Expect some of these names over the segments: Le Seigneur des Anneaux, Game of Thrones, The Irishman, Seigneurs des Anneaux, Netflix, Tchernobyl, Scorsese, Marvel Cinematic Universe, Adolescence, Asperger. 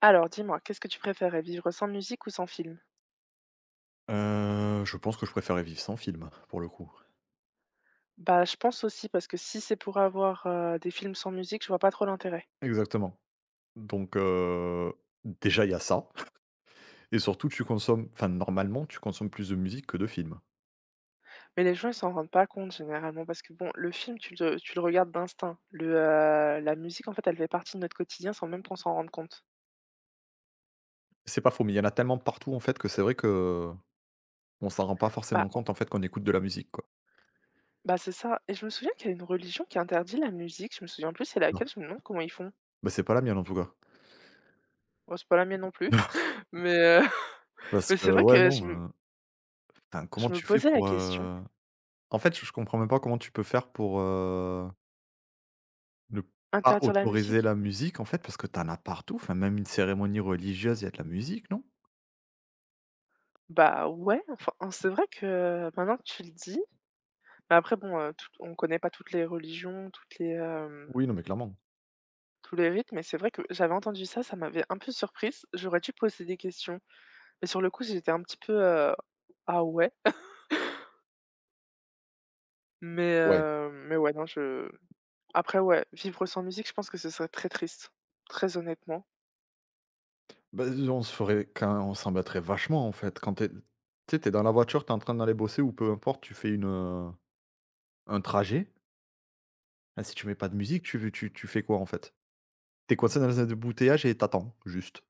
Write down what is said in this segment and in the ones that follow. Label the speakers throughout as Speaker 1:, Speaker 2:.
Speaker 1: Alors dis-moi, qu'est-ce que tu préférais, vivre sans musique ou sans film?
Speaker 2: Je pense que je préférais vivre sans film, pour le coup.
Speaker 1: Bah, je pense aussi parce que si c'est pour avoir des films sans musique, je vois pas trop l'intérêt.
Speaker 2: Exactement. Donc, déjà, il y a ça et surtout, tu consommes enfin, normalement, tu consommes plus de musique que de films.
Speaker 1: Mais les gens, ils s'en rendent pas compte généralement parce que bon, le film, tu le regardes d'instinct. La musique, en fait, elle fait partie de notre quotidien sans même qu'on s'en rende compte.
Speaker 2: C'est pas faux, mais il y en a tellement partout, en fait, que c'est vrai que on s'en rend pas
Speaker 1: Bah,
Speaker 2: forcément compte, en fait, qu'on écoute de la musique, quoi.
Speaker 1: bah, c'est ça. Et je me souviens qu'il y a une religion qui interdit la musique. Je me souviens plus c'est
Speaker 2: Non.
Speaker 1: laquelle. Je me demande comment ils font.
Speaker 2: Bah, c'est pas la mienne, en tout cas.
Speaker 1: Bon, c'est pas la mienne non plus. Mais,
Speaker 2: Parce
Speaker 1: mais
Speaker 2: que
Speaker 1: c'est vrai
Speaker 2: ouais,
Speaker 1: que
Speaker 2: non, enfin, comment
Speaker 1: je me
Speaker 2: tu fais
Speaker 1: posais la
Speaker 2: pour,
Speaker 1: question,
Speaker 2: en fait, je comprends même pas comment tu peux faire pour, ne pas
Speaker 1: interdire la
Speaker 2: autoriser
Speaker 1: musique?
Speaker 2: la musique, en fait, parce que t'en as partout. Enfin, même une cérémonie religieuse, il y a de la musique, non?
Speaker 1: Bah ouais, enfin, c'est vrai que maintenant que tu le dis. Mais après bon, tout on connaît pas toutes les religions,
Speaker 2: Oui, non, mais clairement.
Speaker 1: tous les rites, mais c'est vrai que j'avais entendu ça, ça m'avait un peu surprise. J'aurais dû poser des questions, mais sur le coup, j'étais un petit peu: «Ah ouais?» mais
Speaker 2: Ouais.
Speaker 1: heu, mais ouais, non, je après ouais, vivre sans musique, je pense que ce serait très triste, très honnêtement.
Speaker 2: Bah, on se ferait qu'un on s'en battrait vachement, en fait. Quand t'es, es tu sais, tu dans la voiture, t'es en train d'aller bosser ou peu importe, tu fais un trajet. Ah, si tu mets pas de musique, tu fais quoi, en fait? T'es coincé dans un embouteillage et t'attends, juste.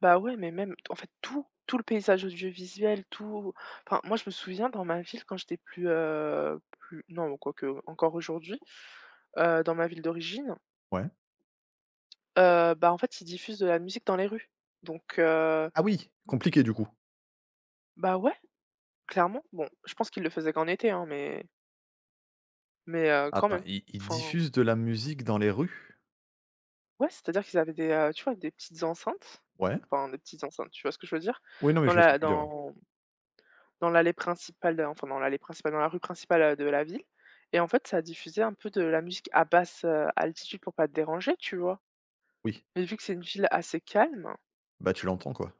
Speaker 1: Bah ouais, mais même en fait tout le paysage audiovisuel, tout enfin moi, je me souviens dans ma ville quand j'étais plus, plus non, quoique encore aujourd'hui, dans ma ville d'origine.
Speaker 2: Ouais.
Speaker 1: Bah, en fait, ils diffusent de la musique dans les rues, donc
Speaker 2: Ah oui! Compliqué, du coup.
Speaker 1: bah, ouais, clairement. Bon, je pense qu'ils le faisaient qu'en été, hein, mais quand
Speaker 2: Attends,
Speaker 1: même.
Speaker 2: ils
Speaker 1: Enfin,
Speaker 2: diffusent de la musique dans les rues?
Speaker 1: ouais, c'est-à-dire qu'ils avaient des, tu vois, des petites enceintes,
Speaker 2: Ouais.
Speaker 1: enfin, des petites enceintes, tu vois ce que je veux dire?
Speaker 2: Oui, non, mais
Speaker 1: Dans
Speaker 2: je vois ce que
Speaker 1: la
Speaker 2: tu veux dire, ouais.
Speaker 1: dans dans l'allée principale, enfin, dans l'allée principale, dans la rue principale, de la ville et en fait, ça diffusait un peu de la musique à basse, altitude pour pas te déranger, tu vois?
Speaker 2: Oui.
Speaker 1: Mais vu que c'est une ville assez calme.
Speaker 2: Bah, tu l'entends, quoi.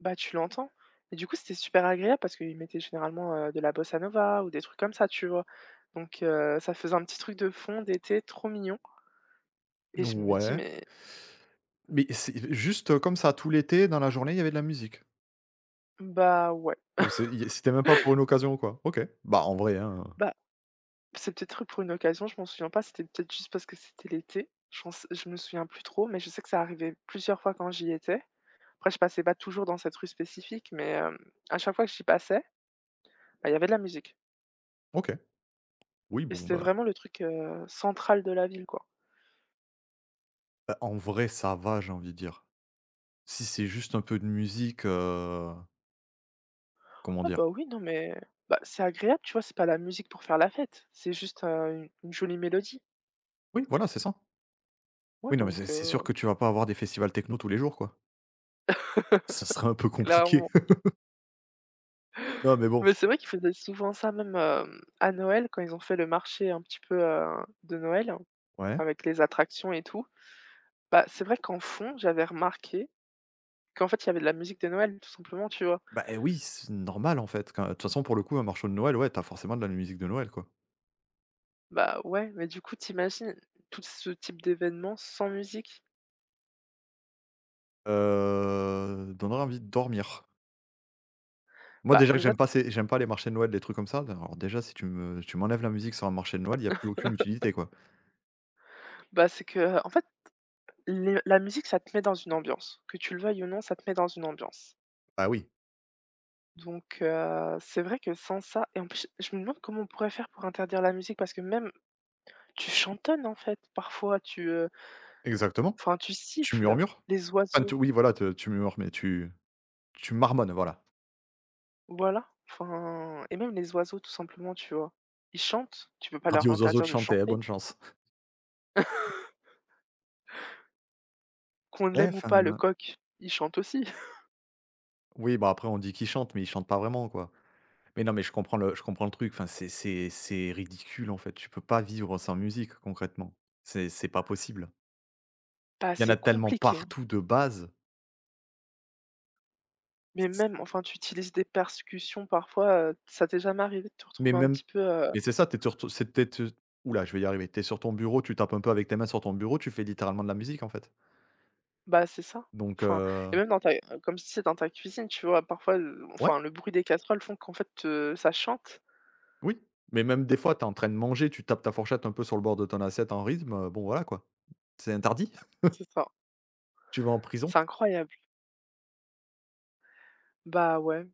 Speaker 1: Bah, tu l'entends. Et du coup, c'était super agréable parce qu'ils mettaient généralement, de la bossa nova ou des trucs comme ça, tu vois? Donc ça faisait un petit truc de fond d'été trop mignon et je me dis:
Speaker 2: Ouais.
Speaker 1: «Mais,
Speaker 2: Mais c'est juste, comme ça, tout l'été, dans la journée, il y avait de la musique?
Speaker 1: bah, ouais,
Speaker 2: Ou c'était même pas pour une occasion ou quoi? OK. Bah, en vrai, hein,
Speaker 1: bah, c'est peut-être pour une occasion», je m'en souviens pas, c'était peut-être juste parce que c'était l'été. Je pense je me souviens plus trop, mais je sais que ça arrivait plusieurs fois quand j'y étais. Après, je passais pas toujours dans cette rue spécifique, mais à chaque fois que j'y passais, bah, il y avait de la musique
Speaker 2: OK. Oui,
Speaker 1: et
Speaker 2: bon,
Speaker 1: c'était
Speaker 2: bah,
Speaker 1: vraiment le truc, central de la ville, quoi.
Speaker 2: bah, en vrai, ça va, j'ai envie de dire. Si c'est juste un peu de musique, comment
Speaker 1: Ah
Speaker 2: dire?
Speaker 1: bah oui, non mais bah, c'est agréable, tu vois? C'est pas la musique pour faire la fête, c'est juste, une jolie mélodie.
Speaker 2: Oui, voilà, c'est ça.
Speaker 1: Ouais
Speaker 2: Oui, non, mais c'est
Speaker 1: donc
Speaker 2: c'est sûr que tu vas pas avoir des festivals techno tous les jours, quoi. Ça serait un peu compliqué.
Speaker 1: clairement.
Speaker 2: Non, mais bon.
Speaker 1: Mais c'est vrai qu'ils faisaient souvent ça même, à Noël quand ils ont fait le marché un petit peu, de Noël hein,
Speaker 2: Ouais.
Speaker 1: avec les attractions et tout. Bah, c'est vrai qu'en fond, j'avais remarqué qu'en fait, il y avait de la musique de Noël tout simplement, tu vois?
Speaker 2: Bah, eh, oui, c'est normal, en fait, quand de toute façon, pour le coup, un marché de Noël, ouais, t'as forcément de la musique de Noël, quoi.
Speaker 1: Bah, ouais, mais du coup, t'imagines tout ce type d'événement sans musique?
Speaker 2: Donnerait envie de dormir. Moi,
Speaker 1: Bah,
Speaker 2: déjà que
Speaker 1: déjà
Speaker 2: j'aime pas les marchés de Noël, les trucs comme ça. Alors déjà, si tu m'enlèves la musique sur un marché de Noël, il y a plus aucune utilité, quoi.
Speaker 1: bah, c'est que en fait Le la musique, ça te met dans une ambiance. Que tu le veuilles ou non, ça te met dans une ambiance.
Speaker 2: Ah oui,
Speaker 1: Donc c'est vrai que sans ça et en plus, je me demande comment on pourrait faire pour interdire la musique? Parce que même tu chantonnes, en fait, parfois,
Speaker 2: exactement.
Speaker 1: enfin, tu
Speaker 2: Tu
Speaker 1: siffles
Speaker 2: murmures?
Speaker 1: les
Speaker 2: Enfin, tu
Speaker 1: oiseaux,
Speaker 2: oui voilà, te tu murmures, mais tu marmonnes, voilà.
Speaker 1: voilà, enfin et même les oiseaux, tout simplement, tu vois? Ils chantent, tu peux pas
Speaker 2: Alors dis
Speaker 1: leur
Speaker 2: aux oiseaux de
Speaker 1: interdire de
Speaker 2: chanter, hein,
Speaker 1: chanter.
Speaker 2: bonne chance.
Speaker 1: Qu'on
Speaker 2: Ouais,
Speaker 1: l'aime ou
Speaker 2: enfin,
Speaker 1: pas, le coq, il chante aussi.
Speaker 2: oui, bah, après on dit qu'ils chantent, mais ils chantent pas vraiment, quoi. Mais non, mais je comprends le truc, enfin, c'est ridicule, en fait. Tu peux pas vivre sans musique, concrètement. C'est pas possible.
Speaker 1: Bah,
Speaker 2: Il y en a
Speaker 1: c'est
Speaker 2: tellement
Speaker 1: compliqué, hein,
Speaker 2: partout de base,
Speaker 1: mais même, enfin, tu utilises des percussions parfois, ça t'est jamais arrivé de te
Speaker 2: mais
Speaker 1: retrouver un
Speaker 2: même
Speaker 1: petit peu,
Speaker 2: mais c'est ça. T'es sur ton c'est t'es, être je vais y arriver. T'es sur ton bureau, tu tapes un peu avec tes mains sur ton bureau, tu fais littéralement de la musique, en fait.
Speaker 1: Bah, c'est ça.
Speaker 2: Donc
Speaker 1: Enfin et
Speaker 2: heu,
Speaker 1: même dans ta comme si c'est dans ta cuisine, tu vois? Parfois, le
Speaker 2: ouais.
Speaker 1: enfin, le bruit des casseroles font qu'en fait, ça chante.
Speaker 2: Oui, mais même des fois, tu es en train de manger, tu tapes ta fourchette un peu sur le bord de ton assiette en rythme, bon voilà quoi. C'est interdit,
Speaker 1: C'est ça.
Speaker 2: tu vas en prison.
Speaker 1: C'est incroyable. Bah, ouais.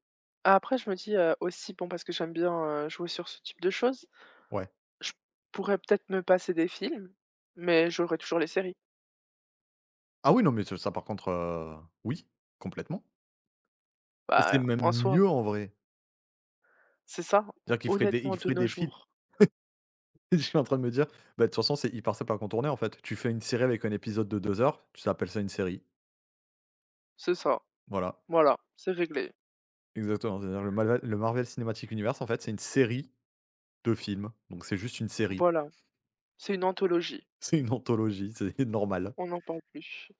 Speaker 1: Après, je me dis, aussi, bon, parce que j'aime bien, jouer sur ce type de choses,
Speaker 2: Ouais.
Speaker 1: je pourrais peut-être me passer des films, mais j'aurais toujours les séries.
Speaker 2: Ah oui, non mais ce ça par contre, oui, complètement et c'est
Speaker 1: Bah,
Speaker 2: même
Speaker 1: en soi,
Speaker 2: mieux en vrai.
Speaker 1: c'est ça, ho
Speaker 2: C'est-à-dire qu'il ferait des
Speaker 1: honnêtement, de nos
Speaker 2: films.
Speaker 1: jours,
Speaker 2: Je suis en train de me dire: «Bah de toute façon, c'est hyper simple à contourner en fait. Tu fais une série avec un épisode de 2 heures, tu appelles ça une série».
Speaker 1: c'est ça.
Speaker 2: Voilà,
Speaker 1: Voilà, c'est réglé.
Speaker 2: exactement. C'est-à-dire le Marvel Cinematic Universe en fait, c'est une série de films, donc c'est juste une série.
Speaker 1: Voilà, c'est une anthologie,
Speaker 2: C'est une anthologie, c'est normal.
Speaker 1: on n'en parle plus.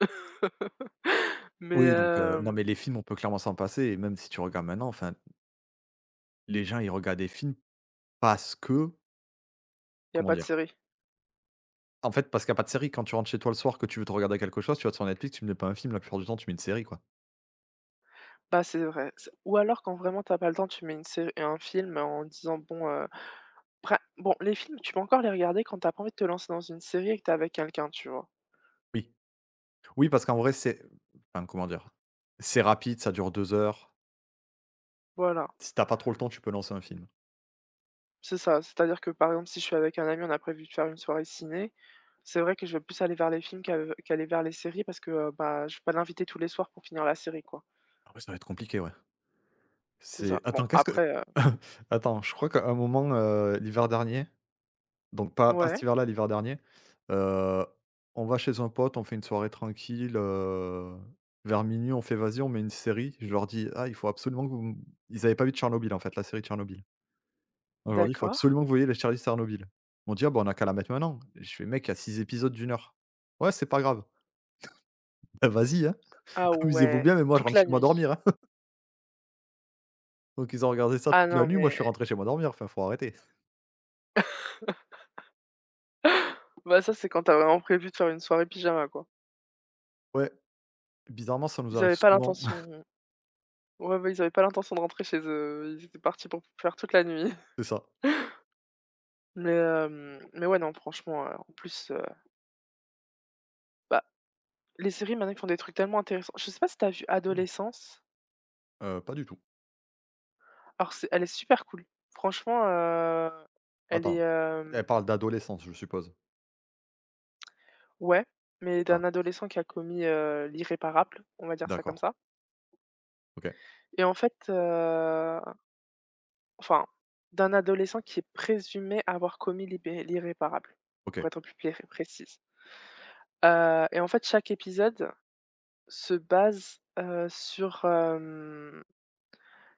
Speaker 1: Mais,
Speaker 2: Oui, donc, non, mais les films, on peut clairement s'en passer et même si tu regardes maintenant, enfin, les gens, ils regardent des films parce que
Speaker 1: il y a
Speaker 2: comment
Speaker 1: pas de
Speaker 2: dire?
Speaker 1: série.
Speaker 2: En fait, parce qu'il y a pas de série. Quand tu rentres chez toi le soir, que tu veux te regarder quelque chose, tu vas sur Netflix, tu ne mets pas un film, la plupart du temps, tu mets une série, quoi.
Speaker 1: Bah, c'est vrai. C'est Ou alors quand vraiment t'as pas le temps, tu mets une série un film en disant: «Bon» après bon, les films, tu peux encore les regarder quand t'as as pas envie de te lancer dans une série et que t'es avec quelqu'un, tu vois?
Speaker 2: Oui, oui, parce qu'en vrai, c'est enfin, comment dire? C'est rapide, ça dure 2 heures.
Speaker 1: Voilà,
Speaker 2: Si t'as pas trop le temps, tu peux lancer un film.
Speaker 1: c'est ça. C'est-à-dire que, par exemple, si je suis avec un ami, on a prévu de faire une soirée ciné, c'est vrai que je vais plus aller vers les films qu'aller vers les séries parce que, bah, je vais pas l'inviter tous les soirs pour finir la série, quoi.
Speaker 2: Ah ouais, ça va être compliqué, ouais.
Speaker 1: C'est
Speaker 2: C'est
Speaker 1: ça. Bon,
Speaker 2: attends, qu'est-ce que
Speaker 1: après,
Speaker 2: attends, je crois qu'à un moment, l'hiver dernier. Donc pas cet
Speaker 1: ouais,
Speaker 2: hiver-là, l'hiver dernier. Heu, on va chez un pote, on fait une soirée tranquille, vers minuit, on fait: «Vas-y, on met une série». Je leur dis: «Ah, il faut absolument que vous m» ils avaient pas vu de Tchernobyl, en fait, la série de Tchernobyl. Je leur dis: «Il faut
Speaker 1: d'accord.
Speaker 2: absolument que vous voyiez les série Tchernobyl». Ils m'ont dit: «Ah bah, on a qu'à la mettre maintenant». Je fais: «Mec, il y a 6 épisodes d'une heure». «Ouais, c'est pas grave». Bah, vas-y, hein,
Speaker 1: Ah
Speaker 2: amusez-vous
Speaker 1: ouais,
Speaker 2: bien, mais moi je
Speaker 1: toute
Speaker 2: rentre
Speaker 1: la
Speaker 2: chez moi
Speaker 1: nuit.
Speaker 2: dormir, hein. Donc ils ont regardé ça
Speaker 1: Ah
Speaker 2: toute la
Speaker 1: non,
Speaker 2: nuit, moi je suis
Speaker 1: mais
Speaker 2: rentré chez moi dormir, enfin, faut arrêter.
Speaker 1: bah, ça, c'est quand t'as vraiment prévu de faire une soirée pyjama, quoi.
Speaker 2: Ouais, bizarrement, ça nous
Speaker 1: Ils
Speaker 2: arrive
Speaker 1: avaient pas
Speaker 2: souvent.
Speaker 1: l'intention, ouais, ouais, ils avaient pas l'intention de rentrer chez eux, ils étaient partis pour faire toute la nuit.
Speaker 2: C'est ça.
Speaker 1: Mais ouais, non, franchement, en plus, bah, les séries maintenant, ils font des trucs tellement intéressants. Je sais pas si tu as vu
Speaker 2: Oui.
Speaker 1: Adolescence?
Speaker 2: Pas du tout.
Speaker 1: Alors c'est elle est super cool. Franchement, elle est,
Speaker 2: Attends. Elle
Speaker 1: hem
Speaker 2: parle d'adolescence, je suppose?
Speaker 1: ouais, mais
Speaker 2: Ah,
Speaker 1: d'un adolescent qui a commis, l'irréparable, on va dire ça comme
Speaker 2: d'accord.
Speaker 1: ça.
Speaker 2: OK.
Speaker 1: Et en fait, enfin, d'un adolescent qui est présumé avoir commis l'irréparable,
Speaker 2: OK.
Speaker 1: pour être plus plé précise. Et en fait, chaque épisode se base, heu, sur, hem,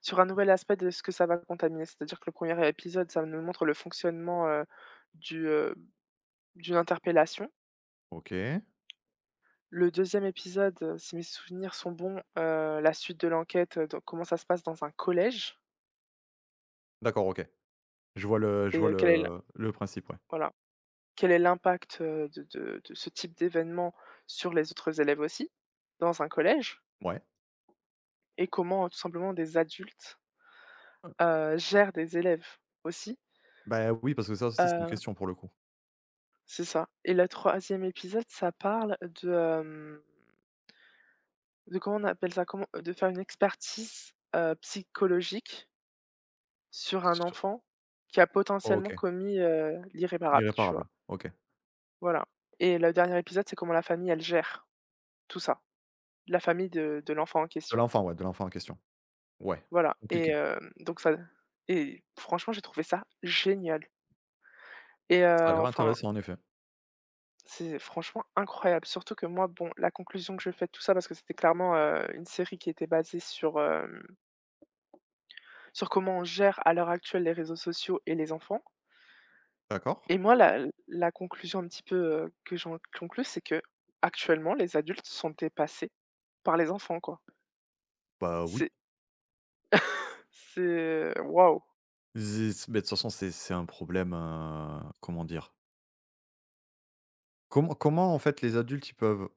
Speaker 1: sur un nouvel aspect de ce que ça va contaminer. C'est-à-dire que le premier épisode, ça nous montre le fonctionnement, du, heu, d'une interpellation.
Speaker 2: OK.
Speaker 1: Le deuxième épisode, si mes souvenirs sont bons, la suite de l'enquête, donc comment ça se passe dans un collège
Speaker 2: D'accord, OK. Je vois le je
Speaker 1: et
Speaker 2: vois
Speaker 1: quel est l'im
Speaker 2: le le principe, ouais.
Speaker 1: voilà, quel est l'impact, de ce type d'événement sur les autres élèves aussi, dans un collège
Speaker 2: Ouais.
Speaker 1: et comment, tout simplement, des adultes,
Speaker 2: Heu,
Speaker 1: gèrent des élèves aussi.
Speaker 2: Bah, oui, parce que ça aussi, c'est une
Speaker 1: Heu,
Speaker 2: question pour le coup.
Speaker 1: c'est ça et le troisième épisode, ça parle de, comment on appelle ça? Comment de faire une expertise, psychologique sur un
Speaker 2: Sur
Speaker 1: enfant qui a potentiellement
Speaker 2: OK.
Speaker 1: commis, l'irréparable, tu
Speaker 2: Irréparable.
Speaker 1: vois?
Speaker 2: OK.
Speaker 1: Voilà et le dernier épisode, c'est comment la famille, elle gère tout ça. La famille de l'enfant en
Speaker 2: De
Speaker 1: question.
Speaker 2: l'enfant, ouais, de l'enfant en question. Ouais.
Speaker 1: Voilà et
Speaker 2: Compliqué.
Speaker 1: donc ça et franchement, j'ai trouvé ça génial et
Speaker 2: Ça a l'air
Speaker 1: enfin.
Speaker 2: intéressant en effet.
Speaker 1: C'est franchement incroyable, surtout que moi, bon, la conclusion que je fais de tout ça, parce que c'était clairement, une série qui était basée sur comment on gère à l'heure actuelle les réseaux sociaux et les enfants
Speaker 2: D'accord.
Speaker 1: et moi la conclusion un petit peu, que j'en conclus, c'est que actuellement, les adultes sont dépassés par les enfants, quoi.
Speaker 2: Bah, oui.
Speaker 1: C'est c'est waouh!
Speaker 2: C'est mais de toute façon, c'est un problème, comment dire? Comment en fait les adultes, ils peuvent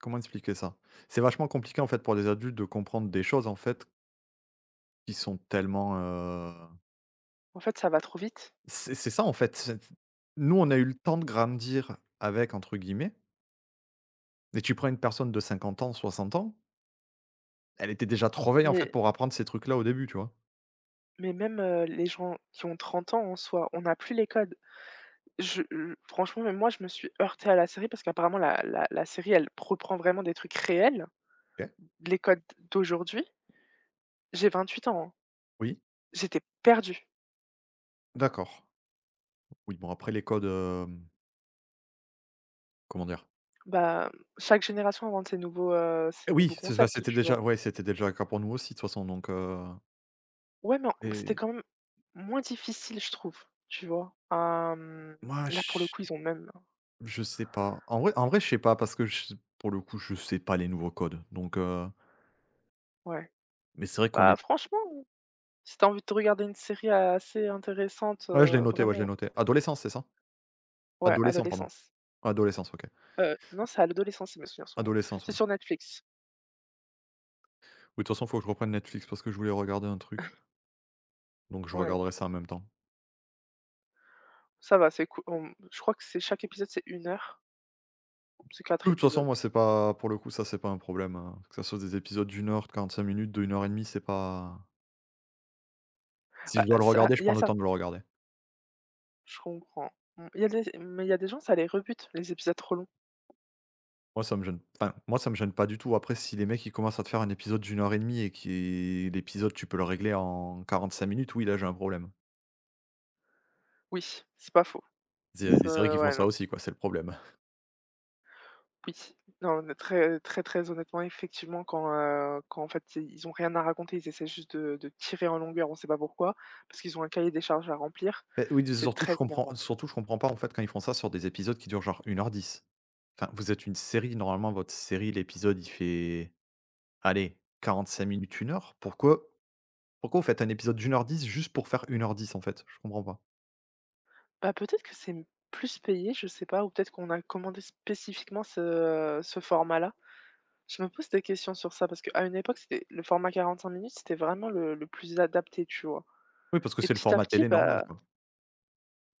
Speaker 2: comment expliquer ça? C'est vachement compliqué en fait pour les adultes de comprendre des choses en fait qui sont tellement,
Speaker 1: En fait, ça va trop vite,
Speaker 2: C'est ça en fait, c'est nous on a eu le temps de «grandir» avec entre guillemets et tu prends une personne de 50 ans, 60 ans, elle était déjà trop vieille en fait
Speaker 1: mais
Speaker 2: pour apprendre ces trucs-là au début, tu vois?
Speaker 1: mais même, les gens qui ont 30 ans en soi, on a plus les codes. Je franchement, même moi, je me suis heurtée à la série parce qu'apparemment la série, elle reprend vraiment des trucs réels,
Speaker 2: OK.
Speaker 1: les codes d'aujourd'hui. J'ai 28 ans, hein,
Speaker 2: Oui,
Speaker 1: j'étais perdue.
Speaker 2: d'accord. Oui, bon après les codes, comment dire?
Speaker 1: Bah, chaque génération invente ses nouveaux, heu,
Speaker 2: Eh
Speaker 1: ses nouveaux
Speaker 2: Oui, c'est enfin
Speaker 1: concepts,
Speaker 2: c'était
Speaker 1: tu
Speaker 2: déjà
Speaker 1: vois?
Speaker 2: ouais, c'était déjà le cas pour nous aussi de toute façon donc.
Speaker 1: Ouais, mais en c'était
Speaker 2: Et
Speaker 1: quand même moins difficile, je trouve, tu vois? Hem,
Speaker 2: moi ch
Speaker 1: là, pour le coup, ils ont même
Speaker 2: je sais pas. en vrai je sais pas parce que j pour le coup je sais pas les nouveaux codes, donc.
Speaker 1: ouais.
Speaker 2: mais c'est vrai qu'on
Speaker 1: Bah,
Speaker 2: est
Speaker 1: franchement, si t'as envie de te regarder une série assez intéressante,
Speaker 2: ouais je l'ai noté, ouais je l'ai
Speaker 1: vraiment,
Speaker 2: noté. Adolescence, c'est ça?
Speaker 1: ouais,
Speaker 2: Adolescent, pardon.
Speaker 1: adolescence.
Speaker 2: Adolescence, OK.
Speaker 1: Non, c'est à l'adolescence si mes souvenirs sont bons.
Speaker 2: Adolescence,
Speaker 1: C'est
Speaker 2: ouais.
Speaker 1: sur Netflix.
Speaker 2: Oui, de toute façon, faut que je reprenne Netflix parce que je voulais regarder un truc, donc je
Speaker 1: Ouais.
Speaker 2: regarderai ça en même temps.
Speaker 1: Ça va, c'est cool. Je crois que c'est chaque épisode, c'est 1 heure, c'est
Speaker 2: Oui,
Speaker 1: 4
Speaker 2: de toute façon,
Speaker 1: épisodes.
Speaker 2: moi, c'est pas pour le coup, ça, c'est pas un problème, que ça soit des épisodes d'une heure, de 45 minutes, de une heure et demie, c'est pas si je
Speaker 1: Bah,
Speaker 2: dois le
Speaker 1: ça
Speaker 2: regarder, je
Speaker 1: il y
Speaker 2: prends
Speaker 1: a
Speaker 2: le
Speaker 1: ça,
Speaker 2: temps de le regarder.
Speaker 1: je comprends. Mmh, il y a des mais il y a des gens, ça les rebute, les épisodes trop longs.
Speaker 2: Moi, ça me gêne enfin, moi, ça me gêne pas du tout. Après, si les mecs, ils commencent à te faire un épisode d'une heure et demie et qui l'épisode, tu peux le régler en 45 minutes, oui, là, j'ai un problème.
Speaker 1: Oui, c'est pas faux.
Speaker 2: Il y a des séries qui
Speaker 1: Ça
Speaker 2: font
Speaker 1: ouais,
Speaker 2: ça
Speaker 1: non.
Speaker 2: aussi, quoi, c'est le problème.
Speaker 1: Oui. Non, mais très très très honnêtement, effectivement, quand en fait, ils ont rien à raconter, ils essaient juste de tirer en longueur, on sait pas pourquoi, parce qu'ils ont un cahier des charges à remplir,
Speaker 2: Beh, oui,
Speaker 1: c'est très énervant.
Speaker 2: surtout, je comprends pas, en fait, quand ils font ça sur des épisodes qui durent genre une heure 10. Enfin, vous êtes une série, normalement votre série, l'épisode il fait, allez, 45 minutes, une heure. Pourquoi vous faites un épisode d'une heure dix juste pour faire une heure dix en fait? Je comprends pas.
Speaker 1: Bah, peut-être que c'est plus payé, je sais pas, ou peut-être qu'on a commandé spécifiquement ce format-là. Je me pose des questions sur ça parce qu'à une époque, c'était le format 45 minutes, c'était vraiment le plus adapté, tu vois?
Speaker 2: Oui, parce que
Speaker 1: Et
Speaker 2: c'est le
Speaker 1: petit à
Speaker 2: format
Speaker 1: petit,
Speaker 2: télé normal
Speaker 1: bah
Speaker 2: quoi.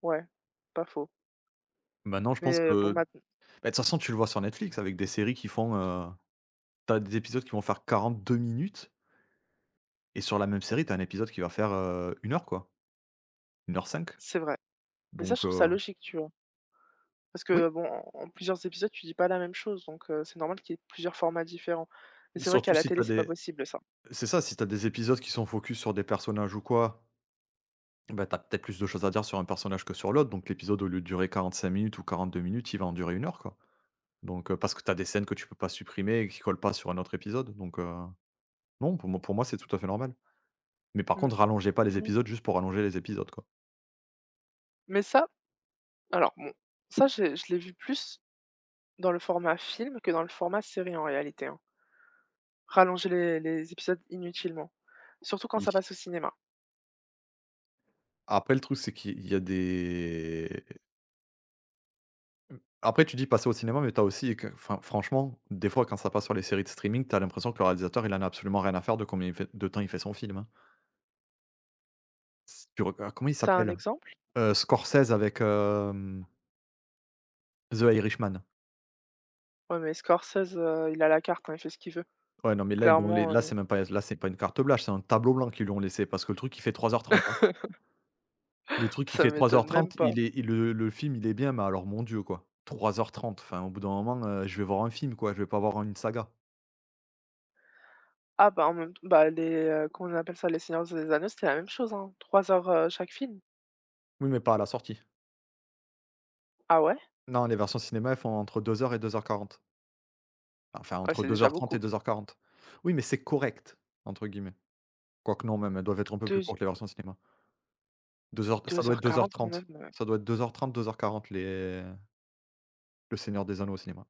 Speaker 1: ouais, pas faux.
Speaker 2: Maintenant je
Speaker 1: Mais
Speaker 2: pense
Speaker 1: bon,
Speaker 2: que, bah,
Speaker 1: maintenant
Speaker 2: de toute façon tu le vois sur Netflix avec des séries qui font, tu des épisodes qui vont faire 42 minutes et sur la même série, t'as un épisode qui va faire, 1 heure quoi, une heure cinq.
Speaker 1: c'est vrai. Mais ça, je
Speaker 2: donc
Speaker 1: trouve ça
Speaker 2: heu,
Speaker 1: logique, tu vois? Parce
Speaker 2: oui,
Speaker 1: que bon, en plusieurs épisodes, tu dis pas la même chose, donc c'est normal qu'il y ait plusieurs formats différents. Mais c'est vrai qu'à
Speaker 2: surtout
Speaker 1: la
Speaker 2: si
Speaker 1: télé,
Speaker 2: t'as
Speaker 1: c'est pas
Speaker 2: des
Speaker 1: possible ça.
Speaker 2: c'est ça, si t'as des épisodes qui sont focus sur des personnages ou quoi. Bah, t'as peut-être plus de choses à dire sur un personnage que sur l'autre, donc l'épisode, au lieu de durer 45 minutes ou 42 minutes, il va en durer une heure, quoi. Donc, parce que t'as des scènes que tu peux pas supprimer et qui collent pas sur un autre épisode, donc, non, pour moi, c'est tout à fait normal. Mais par
Speaker 1: Mmh
Speaker 2: contre, rallongez pas les
Speaker 1: mh.
Speaker 2: épisodes juste pour rallonger les épisodes, quoi.
Speaker 1: Mais ça alors bon, ça, j'ai je l'ai vu plus dans le format film que dans le format série en réalité, hein. Rallonger les épisodes inutilement, surtout quand
Speaker 2: Oui.
Speaker 1: ça passe au cinéma.
Speaker 2: Après le truc, c'est qu'il y a des mmh, après tu dis passer au cinéma, mais t'as aussi que enfin, franchement, des fois, quand ça passe sur les séries de streaming, t'as l'impression que le réalisateur, il en a absolument rien à faire de combien il fait de temps il fait son film, hein. Si tu reg Comment il
Speaker 1: T'as un
Speaker 2: s'appelle?
Speaker 1: exemple?
Speaker 2: Scorsese avec, hem The Irishman.
Speaker 1: Ouais, mais Scorsese, il a la carte, hein, il fait ce qu'il veut.
Speaker 2: Ouais, non, mais là, ils l'ont les
Speaker 1: Clairement,
Speaker 2: là, c'est même pas c'est pas une carte blanche, c'est un tableau blanc qu'ils lui ont laissé parce que le truc, il fait 3h30, hein. Le truc, il
Speaker 1: ça
Speaker 2: fait trois heures
Speaker 1: m'étonne même
Speaker 2: trente
Speaker 1: pas.
Speaker 2: Il est il Le film, il est bien, mais alors mon Dieu, quoi. 3h30 enfin, au bout d'un moment, je vais voir un film, quoi, je vais pas voir une saga.
Speaker 1: Ah bah, en même temps, bah, comment on appelle ça? Les Seigneurs des Anneaux, c'était la même chose, hein, 3 heures, chaque film.
Speaker 2: Oui, mais pas à la sortie.
Speaker 1: Ah ouais?
Speaker 2: Non, les versions cinéma, elles font entre deux heures et 2h40. Enfin,
Speaker 1: Ouais,
Speaker 2: entre
Speaker 1: c'est
Speaker 2: deux
Speaker 1: déjà
Speaker 2: heures trente et
Speaker 1: beaucoup.
Speaker 2: deux heures quarante. Oui, mais c'est «correct» entre guillemets. Quoique non, même, elles doivent être un peu plus
Speaker 1: 2
Speaker 2: courtes, les versions cinéma. 2 heures ça
Speaker 1: 2
Speaker 2: doit être
Speaker 1: heures
Speaker 2: deux heures
Speaker 1: 40 quand
Speaker 2: trente
Speaker 1: même.
Speaker 2: Ça doit être deux deux heures trente heures quarante les Le Seigneur des Anneaux au cinéma.